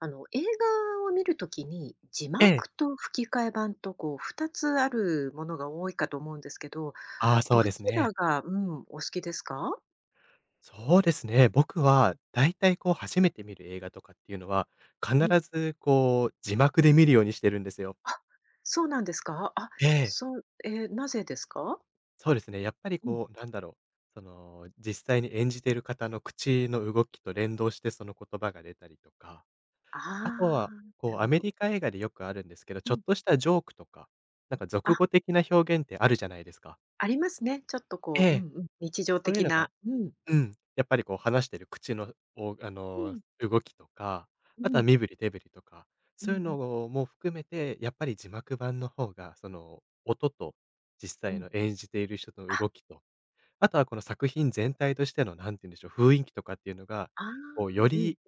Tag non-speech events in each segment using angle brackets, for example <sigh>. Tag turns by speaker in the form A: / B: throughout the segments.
A: 映画を見るときに、字
B: ええ。
A: 幕と吹き替え版とこう2つあるものが多いかと思うんですけど、
B: ああ、そ
A: ど
B: うです
A: ちら
B: ね。
A: が、うん、お好きですか？
B: そうですね。僕はだいたいこう初めて見る映画とかっていうのは、必
A: うん、
B: ずこう字幕で見るようにしてるんですよ。
A: そうなんですか？あ、
B: ええ、
A: そう、え、なぜですか？
B: そうですね。やっぱり
A: うん。
B: こうなんだろう、その実際に演じてる方の口の動きと連動してその言葉が出たりとか、
A: あ
B: あとは
A: あ、な
B: こう
A: る
B: ア
A: ほ
B: メ
A: ど。
B: リカ映画でよくあるんですけど、
A: う
B: ちょ
A: ん。
B: っとしたジョークとか、なんか俗
A: あ、
B: 語的な表現ってあるじゃないですか。
A: ありますね。ちょっと
B: え
A: こう、うん
B: え、
A: うん、日常
B: そういう
A: 的
B: のが
A: な、うん、
B: うん、やっぱりこう話してる口の、おあ
A: う
B: の、
A: ん、
B: 動きとか、
A: う
B: あとは
A: ん、
B: 身振り手振りとか、
A: う
B: そういう
A: んう
B: の
A: ん、
B: も含めて、やっぱり字幕版の方が、その、音と実
A: う
B: 際
A: ん。
B: の演じている人
A: あ、
B: の動きと、あとはこの作品全体としての、なんて言うんでしょう、雰囲気とかっていうのが、
A: ああ、
B: こうよ
A: うん。
B: り、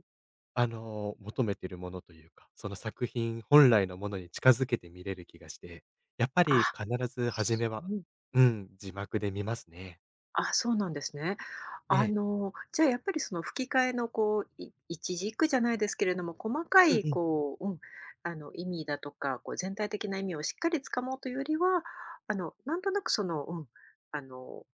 B: あの、求めてるものというか、その作品本来のものに近づけて見れる気がして、や
A: ああうん
B: っぱり
A: あ
B: 必ず初め
A: う
B: は、
A: ん。
B: うん、字幕で見ますね。
A: あ、そうなんですね。
B: ええ。
A: じゃあやっぱりその吹き替えのこう、一字一句じゃないですけれども、細か
B: うん
A: い
B: うん。
A: こう、うん、意味だとか、こう全体的な意味をしっかりつかもうというよりは、なんとなくその、うん、あの、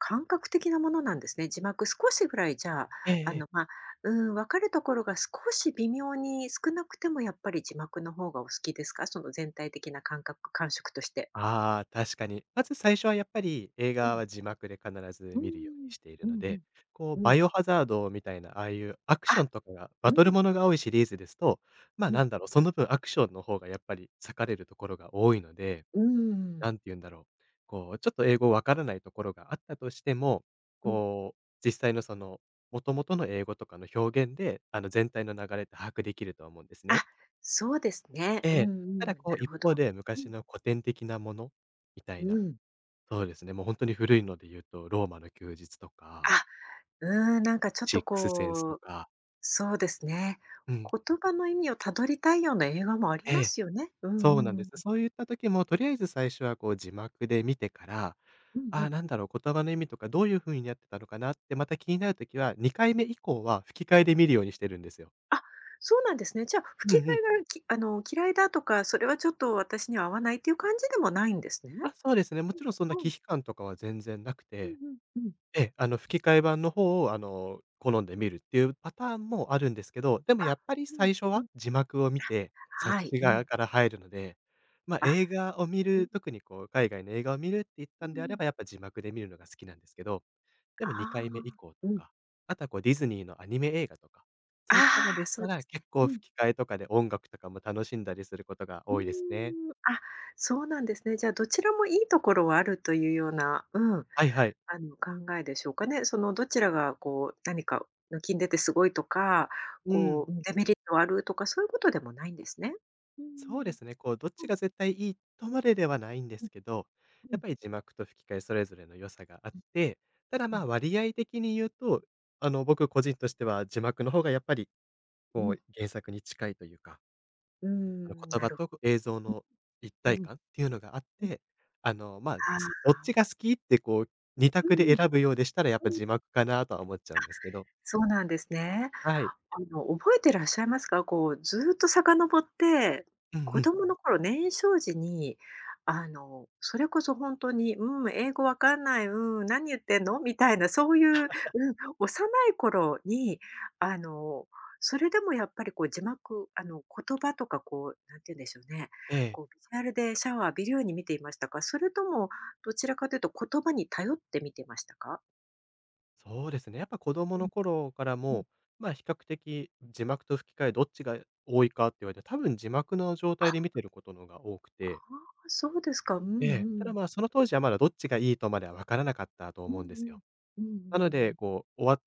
A: 感覚的なものなんですね。字幕少しぐらいじゃあ、
B: ええええ。
A: まあ、うん、分かるところが少し微妙に少なくてもやっぱり字幕の方がお好きですか？その全体的な感覚感触として。
B: ああ、確かに。まず最初はやっぱり映
A: う
B: 画
A: ん。
B: は字幕で必ず
A: う
B: 見るよう
A: ん。
B: にしてい
A: う
B: るの
A: んうん。
B: で、こう
A: う
B: バ
A: ん。
B: イオハザードみたいな、ああいうアク
A: あ、
B: ションとかが、
A: う
B: バ
A: ん、う
B: トルものが多いシリーズですと、まあ、
A: ん。
B: なんだろう、その分アクションの方がやっぱり割かれるところが多いので、
A: うーん、
B: 何て言うんだろう、こうちょっと英語わからないところがあったとしても、
A: うん。
B: こう実際のその、元々の英語とかの表現で、あの全体の流れって把握できると思うんですね。
A: あ、そうですね。
B: え
A: うんう
B: え。ただ
A: ん、
B: こ
A: な
B: う
A: る
B: 一
A: ほ
B: 方
A: ど。
B: で
A: う
B: 昔
A: ん、
B: の古典的なものみた
A: う
B: いな、
A: ん。
B: そうですね、もう本当に古いので言うと、ローマの休日とか、
A: あ、うーん、なんかちょっ
B: シッ
A: と
B: クスセンスと
A: こう、
B: か、
A: そうですね。
B: うん、
A: 言葉の意味をたどりたいような映画もあり
B: え
A: ま
B: え、
A: すよね。うんう
B: そうなん
A: んう
B: で
A: ん。
B: す。そういった時もとりあえず最初はこう字幕で見てから、
A: うんう
B: ああ、
A: ん。
B: なんだろう、言葉の意味とかどういう風にやってたのかなって、また気になる時は、2回目以降は吹き替えで見るようにしてるんですよ。
A: あ、そうなんですね。じゃあ、
B: う
A: 吹き替
B: んうん。
A: えが、き嫌いだとか、それはちょっと私には合わないっていう感じでもないんですね。
B: あ、そうですね、もちろんそんな
A: う
B: 忌
A: ん。
B: 避感とかは全然なく
A: う
B: て、
A: んうんうん。
B: ええ、あの、吹き替え版の方を、あの、好んで見るっていうパターンもあるんですけど、でも
A: あ、
B: やっぱり
A: うん
B: 最初
A: う
B: は
A: ん。
B: 字幕を見て、そっ
A: はい。
B: ち
A: う
B: 側
A: ん。
B: から入るので、ま、
A: あ、
B: 映画を見
A: うん、
B: る、特にこう海外の映画を見るっていっ
A: う
B: たんであ
A: んう
B: れ
A: ん。
B: ば、やっぱ字幕で見るのが好きなんですけど、で
A: あ
B: も2回目以
A: あ、
B: 降と
A: うん。
B: か、あとはこうディズニーのアニメ映画とか、そういったの
A: あ
B: で
A: あ、
B: し
A: そ
B: た
A: うで
B: ら、
A: す
B: 結
A: ね。
B: 構
A: うん。
B: 吹き替えとかで音楽とかも楽しんだりすることが
A: う
B: 多いですね。
A: ーん、あ、そうなんですね。じゃあ、どちらもいいところはあるというような、うん、
B: はいはい。
A: 考えでしょうかね。そのどちらがこう、何か抜きん出てすごいとか、
B: う
A: こ
B: ん。
A: う、デメリットあるとか、そういうことでもないんですね。う
B: そうで
A: ん。
B: すね、こう、どっ
A: う
B: ち
A: ん、
B: が絶対いいとまでではないんで
A: うん、
B: すけど、
A: う
B: や
A: ん、
B: っぱり字幕と吹き替えそれぞれの良さがあって、ただ、
A: うん、
B: ま、割合的に言うと、あの、僕個人としては字幕の方がやっぱり、
A: う
B: こ
A: ん。
B: う、原作に近いというか、
A: うー
B: あの、
A: ん、
B: 言
A: な
B: 葉
A: る
B: と映像
A: う
B: の一
A: ん、
B: 体
A: うん、
B: 感っていうのがあっ
A: うん。
B: て、あの、まあ、
A: あ
B: つ
A: あ、
B: どっちが好きって、こう、二
A: うん
B: 択
A: うん、うんうんうんうんなるうんうんう
B: で
A: んあ
B: 選ぶようでしたら、やっ
A: ーう
B: ぱ
A: んうんうん
B: 字幕かなとは思っちゃうんですけど、
A: そうなんですね。
B: はい。
A: 覚えてらっしゃいますか？こう、ずっと遡って、
B: うん
A: 子
B: うん。
A: 供の頃、年少時に、それこそ本当に、「うん、英語わかんない。うん、何言ってんの？」みたいな、そういう、うん、幼い頃に、あの、それでもやっぱりこう字幕、言葉とかこう、なんて言うんでしょうね、
B: ええ。
A: こうビジュアルでシャワー浴びるように見ていましたか？それとも、どちらかというと言葉に頼って見てましたか？
B: そうですね。やっぱ子供
A: うん、
B: の頃から
A: うん。
B: も、まあ、比較的字幕と吹き替えどっちが多いかって言われて、多分字幕の状態で
A: あ、
B: 見てることのが多くて、
A: あー、そうですか。うんう
B: ええ。ただ
A: ん。
B: まあ、その当時はまだどっちがいいとまでは分からなかったと
A: うん
B: 思うんで
A: う
B: す
A: ん。
B: よ。
A: うんうん
B: なの
A: う
B: で、
A: ん。
B: こう、終わ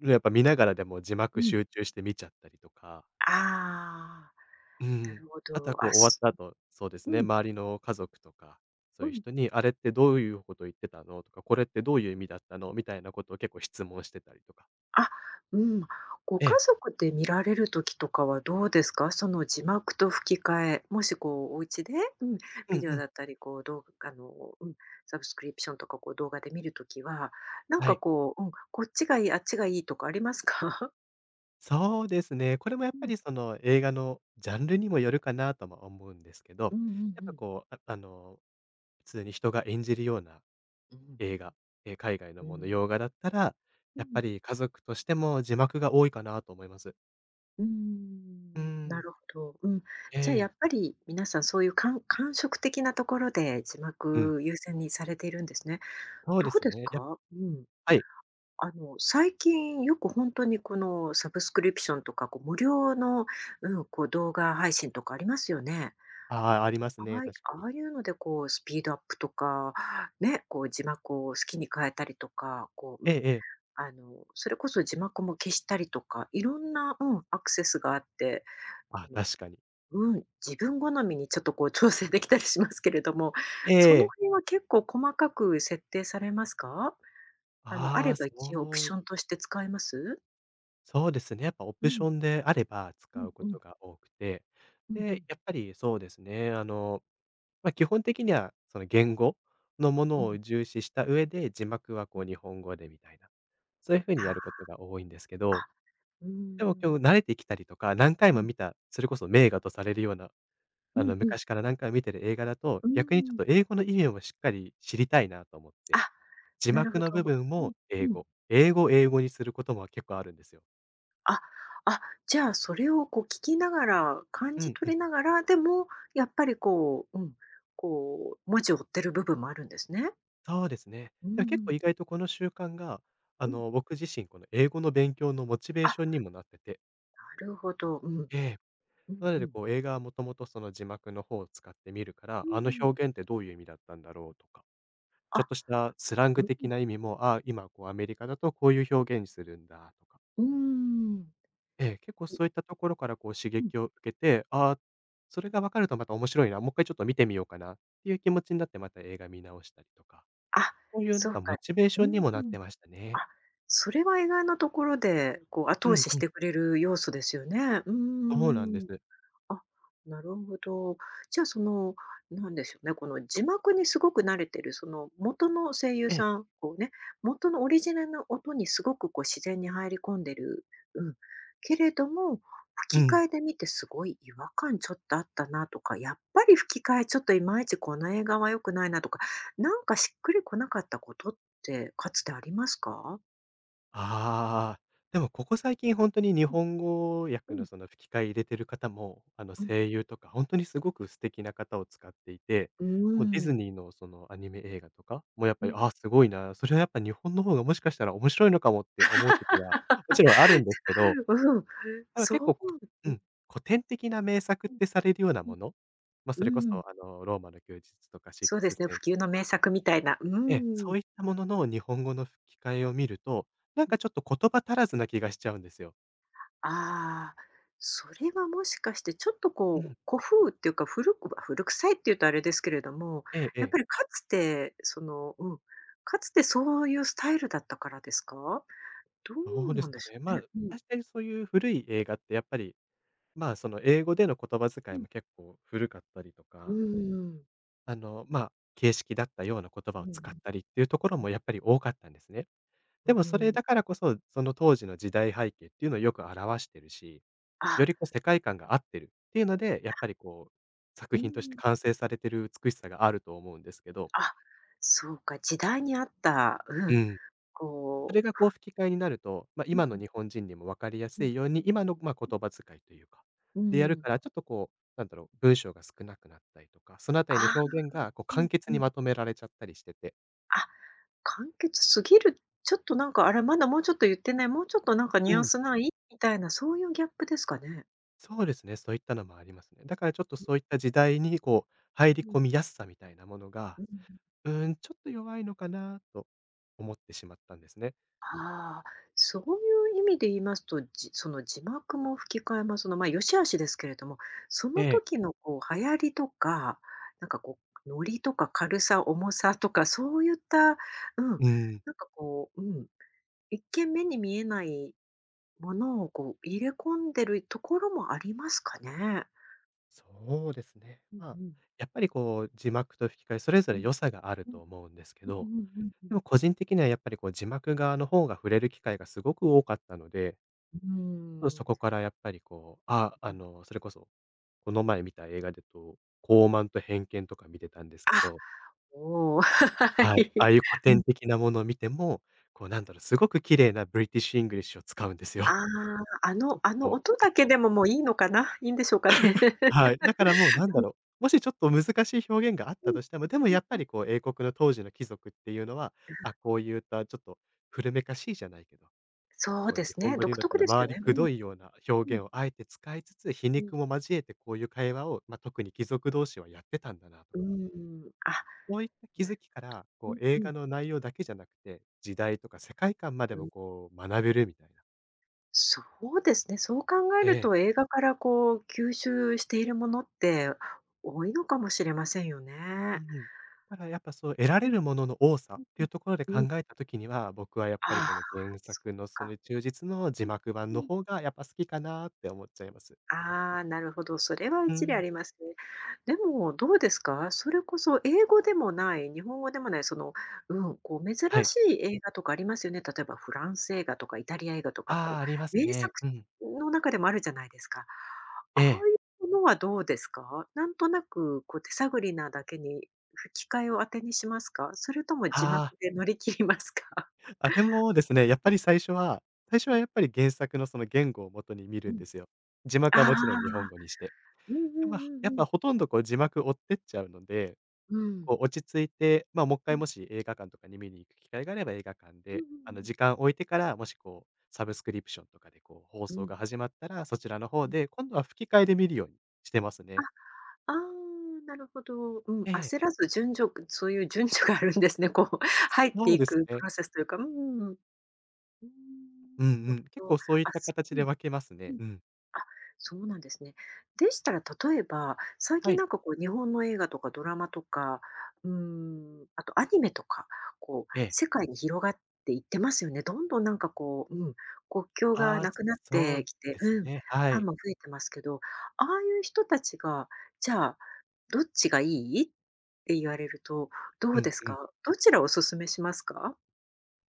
B: るやっぱ見ながらでも字
A: う
B: 幕
A: んう
B: 集
A: ん
B: 中して見ちゃったりとか、
A: ああ、
B: う
A: な
B: ん。
A: るほ
B: あと
A: ど。
B: はこう
A: あ、
B: 終わった後、そうです
A: う
B: ね、
A: ん、
B: 周りの家族とか、そ
A: う
B: ういう
A: ん。
B: 人に、あれってどういうこと言ってたのとか、これってどういう意味だったのみたいなことを結構質問してたりとか。
A: あ、うん。ご
B: え
A: 家
B: え。
A: 族で見られる時とかはどうですか？その字幕と吹き替え、もしこうお家で、うん、
B: う
A: ビ
B: ん
A: デオ
B: う
A: だ
B: ん。
A: ったり、こう動画うん、サブスクリプションとかこう動画で見るときは、なん
B: は
A: か
B: い。
A: こう、うん、こっちがいい、あっちがいいとかありますか？
B: そうですね。これもや
A: <laughs>
B: っ
A: う
B: ぱ
A: ん。
B: りその映画のジャンルにもよるかなとも思うんですけど、
A: うんうんう
B: ぱ
A: ん。
B: こう、普通に人が演じるような
A: うん。
B: 映画、え、海外
A: う
B: のもの、
A: ん。
B: 洋画だったら、
A: う
B: やっ
A: ん。
B: ぱり家族としても字幕が多いかなと思います。
A: うー
B: う
A: ん、な
B: ん。
A: るほど。うん。
B: え
A: じゃあや
B: え。
A: っぱり皆さんそういう感感触的なところで字
B: うん。
A: 幕優先にされているんですね。
B: そう
A: ど
B: で
A: う
B: す
A: です
B: ね。
A: か？うん。
B: はい。
A: 最近よく本当にこのサブスクリプションとか、こう無料の、うん、こう動画配信とかありますよね。
B: ああ、あります
A: あ
B: ね、
A: あい
B: 確かに。
A: ああいうのでこうスピードアップとか、ね、こう字幕を好きに変えたりとか、こう、う
B: ええ
A: ん、
B: ええ。
A: それこそ字幕も消したりとか、いろんな、うん、アクセスがあって、
B: あ、
A: あの
B: 確かに。
A: うん、自分好みにちょっとこう調整できたりしますけれども、
B: え
A: その
B: え。
A: 辺は結構細かく設定されますか？あ
B: あ
A: れ
B: あ、
A: ば一応オプシ
B: う
A: ョンとして使えます？
B: そうですね。やっぱオ
A: う
B: プシ
A: ん、
B: ョンであれば
A: う
B: 使
A: ん
B: うこ
A: うん、
B: とが多くて、
A: うんうん、
B: で、やっぱりそうですね、あの、まあ、基本的には、その言語のも
A: う
B: の
A: ん、う
B: を重視した上で、字幕はこ
A: ん。
B: う日本語でみたいな、そういう風にやる
A: あ
B: ことが多いんですけ
A: あ、
B: ど、
A: あ、うー
B: でも今
A: ん。
B: 日慣れてきたりとか、何回
A: う
B: も
A: ん、
B: 見た、それこそ名画とされるような、
A: う
B: あ
A: ん
B: の
A: うん
B: 昔から何回も見てる映画だと、
A: あああうー
B: 逆にちょっ
A: ん。
B: と英語の意味もしっかり知りたいなと思って、
A: あ、
B: 字
A: なる
B: 幕
A: ほ
B: の
A: ど。
B: 部分
A: うん
B: も
A: う
B: 英
A: ん。
B: 語、英語を英語にすることも結構あるんですよ。
A: あ、あ、じゃあそれをこう聞きながら、感
B: う
A: じ
B: んう
A: 取
B: ん、
A: りながら、でもやっぱりこう、うん、こう文字を追ってる部分もあるんですね。
B: そうですね。
A: うん
B: で
A: う
B: も結構意
A: ん。
B: 外とこの習慣が、あ
A: うん。
B: の僕自身、この英語の勉強のモチベー
A: あ
B: ションにもなってて、
A: なるほど。うん。
B: え
A: う
B: え、
A: ん
B: な
A: う
B: ので、
A: ん。
B: こう、映画はもともとその字幕の方を使って見るから、
A: う
B: あの
A: ん。
B: 表現ってどういう意味だったんだろうとか、ちょっ
A: あ、
B: としたスラン
A: う
B: グ
A: ん。
B: 的な意味も、ああ、今こうアメリカだとこういう表現にするんだとか、
A: うーん。
B: ええ、結構
A: い
B: そういったところからこう刺
A: うん。
B: 激を受けて、ああ、それが分かるとまた面白いな、もう一回ちょっと見てみようかなっていう気持ちになってまた映画見直したりとか、
A: あ、
B: そういうなん
A: そう
B: か
A: か。
B: モチベー
A: う
B: ショ
A: ー
B: ンにもなっ
A: ん。
B: てましたね。
A: あ、それは意外なところで、こう、後
B: う
A: 押
B: ん
A: し
B: う
A: し
B: ん、
A: てくれる要素ですよね。うー
B: そうなんで
A: ん。
B: す。
A: あ、なるほど。じゃあその、なんでしょうね、この字幕にすごく慣れてる、その元の声優
B: ええ、
A: さん、こうね、元のオリジナルの音にすごくこう自然に入り込んでる、うん。けれども、
B: う
A: 吹き替
B: ん。
A: えで見てすごい違和感ちょっとあったなとか、やっぱり吹き替えちょっといまいちこの映画は良くないなとか、なんかしっくりこなかったことってかつてありますか？
B: ああ、でもここ最近本当に日
A: うん
B: 本語
A: う
B: 訳の
A: ん。
B: その吹き替え入れてる方も、あの、
A: うん。
B: 声優とか本当にすごく素敵な方を使っていて、
A: う
B: もうディズ
A: ん。
B: ニーのそのアニメ映画とかもやっ
A: う
B: ぱ
A: ん。う
B: り、
A: ん。
B: ああ、すごいな、それはやっぱ日本の方がもしかしたら面白いのかもって思う時は、もちろんあるんですけど、
A: <laughs>
B: なんか
A: そ
B: 結構、
A: う。<laughs> う
B: う
A: ん
B: ん、古典的な名作っ
A: うん。
B: てされるようなもの、まあ、
A: う
B: それこそ
A: ん、
B: あの、ローマの休日とかシッ
A: そう
B: ク
A: で
B: ス
A: すね、
B: セン
A: 不
B: ス
A: 朽
B: と
A: の名
B: か、
A: 作みたいな。う
B: ええ、そ
A: ん。
B: ういったものの日本語の吹き替えを見ると、なんかちょっと言葉足らずな気がしちゃうんですよ。
A: ああ、それはもしかしてちょっと
B: う
A: こ
B: ん。
A: う、古風っていうか、古く古臭いっていうとあれですけれども、
B: えええ
A: やっぱり
B: え。
A: かつて、その、うん、かつてそういうスタイルだったからですか？ど
B: どう
A: う
B: で
A: な
B: す
A: んで
B: か
A: しょ
B: ね。
A: う
B: まあ、
A: ね。うん、
B: 確かにそういう古い映画ってやっぱり、まあ、その英語での言葉
A: う
B: 遣い
A: ん。
B: も結構古かったりと
A: うー
B: か、
A: ん。
B: あの、まあ、形式だったような言葉
A: う
B: を
A: んう
B: 使っ
A: ん
B: たりっていうところもやっぱり多かったんですね。
A: う
B: で
A: ん
B: も
A: う
B: そ
A: んう
B: れ
A: ん
B: だからこそ、その当時の時代背景っていうのをよく表してるし、
A: あ、
B: よりこう世界観が合ってるっていうので、やっぱりこう、
A: う
B: 作品として
A: ん。
B: 完成されてる美しさがあると思うんですけど、
A: あ、そうか、時代に合った、う
B: う
A: ん、
B: ん。それ
A: こ
B: がこう吹き替えになると、まあ、
A: ううん
B: 今の
A: うん
B: 日本人にも分かりや
A: う
B: す
A: ん。
B: いように、今の、ま、言葉遣いというか、でやるから、ちょっとこう、なんだろう、文章が少なくなったりとか、そのあたりの
A: ああ、
B: 表現がこう
A: うん
B: 簡潔
A: う
B: に
A: ん。
B: まとめられちゃったりしてて。
A: あ、簡潔すぎる、ちょっとなんか、あれ、まだもうちょっと言ってない、もうちょっとなんか
B: う
A: ニュアン
B: ん。
A: スない？みたいな、そういうギャップですかね？
B: そうですね、そういったのもありますね。だからちょっとそういった時代にこう、入り
A: うん、
B: 込みやすさみたいなものが、
A: うん。
B: ちょっと弱いのかなと思ってしまったんですね。
A: ああ、そういう意味で言いますと、その字幕も吹き替えも、その、ま、良し悪しですけれども、そ
B: え
A: の
B: え。
A: 時のこう流行りとか、なんかこう、ノリとか軽さ、重さとか、そういった、うん、
B: うん、
A: なんかこう、うん、一見目に見えないものをこう入れ込んでるところもありますかね？
B: そうですね。
A: うん
B: まあ、
A: うん。
B: やっぱりこう字幕と吹き替えそれぞ
A: う
B: れ
A: ん。
B: 良さがある
A: う
B: と
A: ん、
B: 思うんですけ
A: うん
B: ど、
A: うんうんう
B: でも個人的にはやっぱりこう字幕側の方が触れる機会がすごく多かったので、
A: ん。うー
B: そこ
A: ん。
B: からやっぱりこう、それこそこの前見た映画でと、傲慢と偏見とか見てたんです
A: あ、
B: けど。
A: おお、は
B: はい。
A: い。
B: ああいう古
A: うん。
B: 典的なものを見ても、こうなんだろう、すごく綺麗なブリティッシュ・イングリッシュを使うんです
A: <laughs>
B: よ。
A: ああ、
B: <laughs> ちょっと
A: あ
B: こ
A: の
B: う、
A: 音だけでももういいのかな？いいんでしょうかね？
B: はい。だからもうなんだろう、もしちょっと難しい表現があっ
A: うん。
B: たとしても、でも
A: うん
B: やっ
A: う
B: ぱ
A: ん。
B: りこう英国の当時の貴族っていうのは、あ、こういったちょっと古めかしいじゃないけど、
A: そう
B: こう
A: で
B: 日
A: す
B: 本
A: ね、
B: 語で言
A: 独
B: うんだっ
A: 特
B: たら
A: ですよ
B: 周り
A: ね。う
B: く
A: ん、
B: どいような
A: う
B: 表
A: ん、
B: 現をあえて使いつつ、皮
A: うん。
B: 肉も交えてこういう会話を、まあ、特に貴族同士はやってたんだなと。
A: うーん。あ、
B: そういった気
A: な
B: づ
A: る
B: きか
A: ほ
B: ら、こ
A: ど。
B: う
A: う
B: 映
A: んうん。
B: 画の内容だけじゃなくて、時代とか世界観まで
A: う
B: も
A: ん。
B: こう学べるみたいな。
A: そうですね、そう考え
B: え
A: る
B: え。
A: と映画からこう吸収しているものって多いのかもしれませんよ
B: う
A: ね。
B: ん。ただやっぱそう得ら
A: う
B: れ
A: ん、
B: るものの多さ
A: う
B: っ
A: ん
B: ていうところで
A: うん。
B: 考
A: うん。
B: えた時には、僕はやっぱり
A: ああ、
B: この原
A: そ
B: 作
A: う
B: のそ
A: か。
B: の忠実の字幕版
A: うん、
B: の
A: うん。
B: 方がやっぱ好きかなって思っちゃいます。
A: ああ、なるほど、それは
B: う
A: 一理あ
B: ん、
A: りますね。でもどうですか？それこそ英語でもない、日本語でもない、その、うん、こう珍
B: はい。
A: しい映画とかありますよね。例えばフランス映画とかイタリア映画とか、
B: あ
A: こ
B: あ、ありま
A: う
B: す
A: 名
B: ね。
A: 作
B: うん。
A: の中でもあるじゃないですか。あ
B: え
A: あい
B: え。
A: うものはどうですか？なんとなくこう手探りなだけに、吹き替えを当てにしますか？それとも字幕
B: あ
A: で乗り切りますか？
B: あ、あれもですね、やっぱり最初はやっ
A: <laughs>
B: ぱり原作のその言語を元に見
A: う
B: る
A: ん、
B: ん
A: うん。
B: ですよ。字幕は
A: あ
B: もちろん日本
A: あ、
B: 語にして。
A: うんう
B: で、まあ、
A: んうん
B: やっ
A: う
B: ぱ
A: ん。
B: ほとんどこう字幕追ってっちゃうので、
A: うん。
B: こう落ち着いて、まあ、もっ
A: う
B: かい
A: ん。
B: もし映画館とかに見に行く機会があれば映画館
A: うんう
B: で、
A: んう
B: あの
A: ん。
B: 時間置いてから、もしこうサブスクリプションとかでこう放
A: う
B: 送
A: ん。
B: が始まったら、そちらの
A: う
B: 方
A: ん。
B: で、今度は吹き替えで見るようにしてますね。
A: あ、ああなるほど。うん、
B: ええ、
A: 焦らずそういう順序があるんですね。こう <laughs> 入って
B: そう
A: い
B: です
A: くプ
B: ね。
A: ロセスというか、うんうんん、
B: うん
A: なる
B: うん。
A: ほ
B: 結
A: ど。
B: 構そういっ
A: あ、
B: た
A: う
B: 形
A: ん、う
B: で
A: ん。
B: 分けますね。うん。
A: あ、そうなんですね。でしたら例えば、最
B: は
A: 近
B: い。
A: なんかこう日本の映画とかドラマとか、うーん、あとアニメとか、こう
B: ええ。
A: 世界に広がっていってますよね。どんどんなんかこう、うん、国境が
B: ああ、
A: なくなっ
B: そ
A: て
B: う
A: きて、
B: です
A: うん、フ
B: ね。は
A: ァン
B: い。
A: も増えてますけど、ああいう人たちが、じゃあ、どっちがいいって言われると、ど
B: う
A: う
B: ん
A: です
B: うん。
A: か？どちらをお勧めしますか？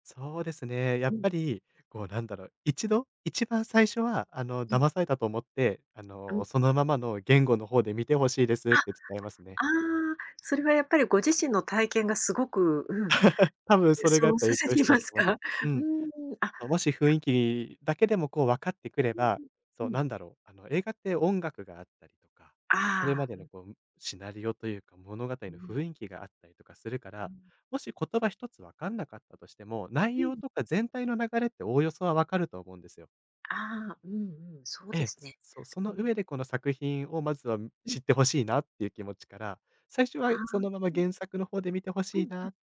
B: そうですね。や
A: う
B: っ
A: ん、
B: ぱり、こうなんだろう、一度、一番最初は、あの、
A: うん、
B: 騙されたと思って、あ
A: う
B: の、
A: ん。
B: そのままの言語の方で見てほしいです
A: あ、
B: っ
A: あ
B: て伝えますね。
A: あ、それはやっぱりご自身の体験がすごくうん、
B: 多分それが
A: そ
B: やっ
A: う
B: ぱ
A: さ
B: 影
A: せ
B: 響
A: て
B: し
A: い
B: ちゃっ
A: ま
B: て
A: す
B: ます。
A: か？
B: う
A: <laughs> うー
B: ん。
A: ん、あ、
B: まもし
A: いや、
B: 雰囲気だけでもこう分かってくれ
A: う
B: ば、
A: んう
B: そ
A: ん、
B: う
A: うん。
B: なんだろう、あの、映画って音楽があったりとか、それ
A: あ
B: ま
A: あ、
B: で
A: う
B: の
A: ん
B: こうシナリオというか物語の
A: うん、
B: 雰囲気があったりとかするか
A: う
B: ら、
A: ん、
B: もし言葉一つ分かんなかったとしても、内
A: う
B: 容
A: ん。
B: とか全体の流れっておおよそは分かると思うんですよ。
A: ああ、うんうん、そう
B: え
A: で
B: え、
A: すね。
B: そ
A: う
B: の
A: ん、
B: 上でこの作品をまずは
A: うん、
B: 知ってほしいなっていう気持ちから、最初
A: あ
B: は
A: あ、
B: そのまま
A: うん、
B: 原作の方で見てほ
A: う
B: しい
A: ん。
B: なっ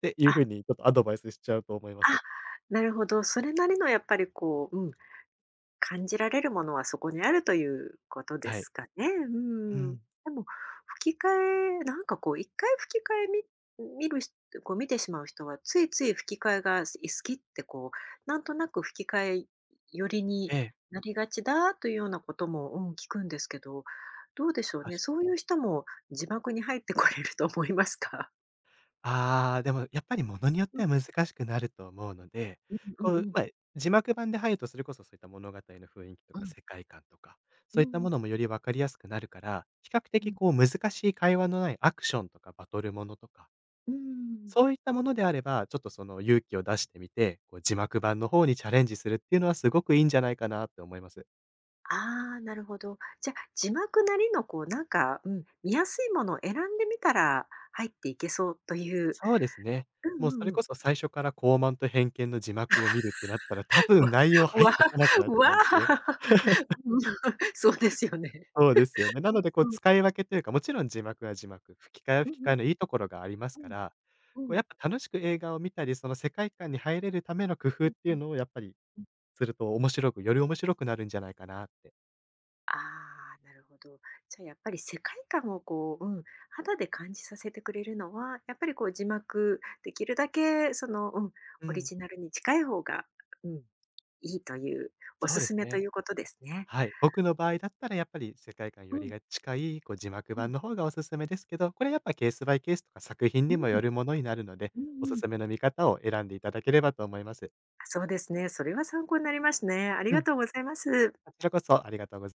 B: ていう
A: あ、
B: 風にちょっとアドバイスしちゃうと思いま
A: あ、
B: す。
A: なるほど、それなりのやっぱりこう、うん感じられるものはそこにあるということで
B: は
A: す
B: い。
A: かね。う
B: う
A: ん。
B: ん。
A: でも、吹き替え、なんかこう一回吹き替えみ見るし見てしまう人は、ついつい吹き替えが好きってこう、なんとなく吹き替え寄りに
B: ええ、
A: なりがちだというようなことも、うん、聞くんですけど、どうでしょう
B: あ
A: ね。
B: し
A: そういう人も字幕に入ってこれると思いますか？
B: ああ、でもやっぱりものによっ
A: う
B: て
A: ん、
B: は難しくなると思うので、
A: うんう
B: こ
A: ん
B: う、
A: うん。
B: ま、字幕版で入るとそれこそそういった物語の雰囲気と
A: う
B: か
A: ん。
B: 世界観とか、
A: う
B: そ
A: んう
B: ういったも
A: ん。
B: のもより分かりやすくなるから、比較
A: うんう
B: 的
A: ん
B: こう難しい会話のないアクションとかバトルものとか、
A: うん。
B: そういったものであれば、ちょっとその勇気を出してみて、こう字幕版の方にチャレンジするっていうのはすごくいいんじゃないかなって思います。
A: ああ、なるほど。じゃあ、字幕なりのこうなんか、うん、見やすいものを選んでみたら、入っていけそうという。
B: そうですね。
A: うん
B: もう
A: う
B: それ
A: んう
B: こ
A: ん。
B: そ最初から高慢と偏見の字幕を見るってなったら、多
A: <laughs> う
B: 分
A: わ、
B: 内容
A: う
B: 入っ
A: わ、
B: てこなくなっち
A: うわ。
B: ゃうので。
A: うん、<laughs> そうですよね。
B: そうですよね。なのでこ
A: う
B: う
A: ん。
B: 使い分けというか、もちろん字幕は字幕、吹き替えは
A: うん
B: 吹き
A: う
B: 替
A: ん。
B: えのいいところがあります
A: う
B: か
A: ん。
B: ら、
A: う
B: こう
A: ん。
B: やっぱ楽しく映画を見たり、その世界観に入れるための工夫
A: う
B: っ
A: ん
B: て
A: う
B: いう
A: ん
B: のをやっぱり
A: うん。
B: すると面白くより面白くなるんじゃないかなって。
A: ああ、なるほど。じゃ、やっぱり世界観をこう、うん、肌で感じさせてくれるのは、やっぱりこう字幕、できるだけその、うん、
B: う
A: オリ
B: ん、
A: ジナルに近い方が、うん、いいというお
B: そ
A: す
B: うで
A: す
B: す
A: めと
B: ね。
A: いうことですね。
B: はい。僕の場合だったらやっぱり世界観
A: う
B: より
A: ん、
B: が近い、こう字幕
A: うん、
B: 版の方がおすすめですけど、これやっぱケースバイケースとか作品
A: う
B: にも
A: ん、
B: よるものになるので、
A: うん
B: お
A: う
B: す
A: ん。
B: すめの見方を選んでいただければと思います。
A: あ、そうですね。それは参考になりますね。あり
B: う
A: が
B: ん。
A: とうございます。
B: こちらこそありがとうございます。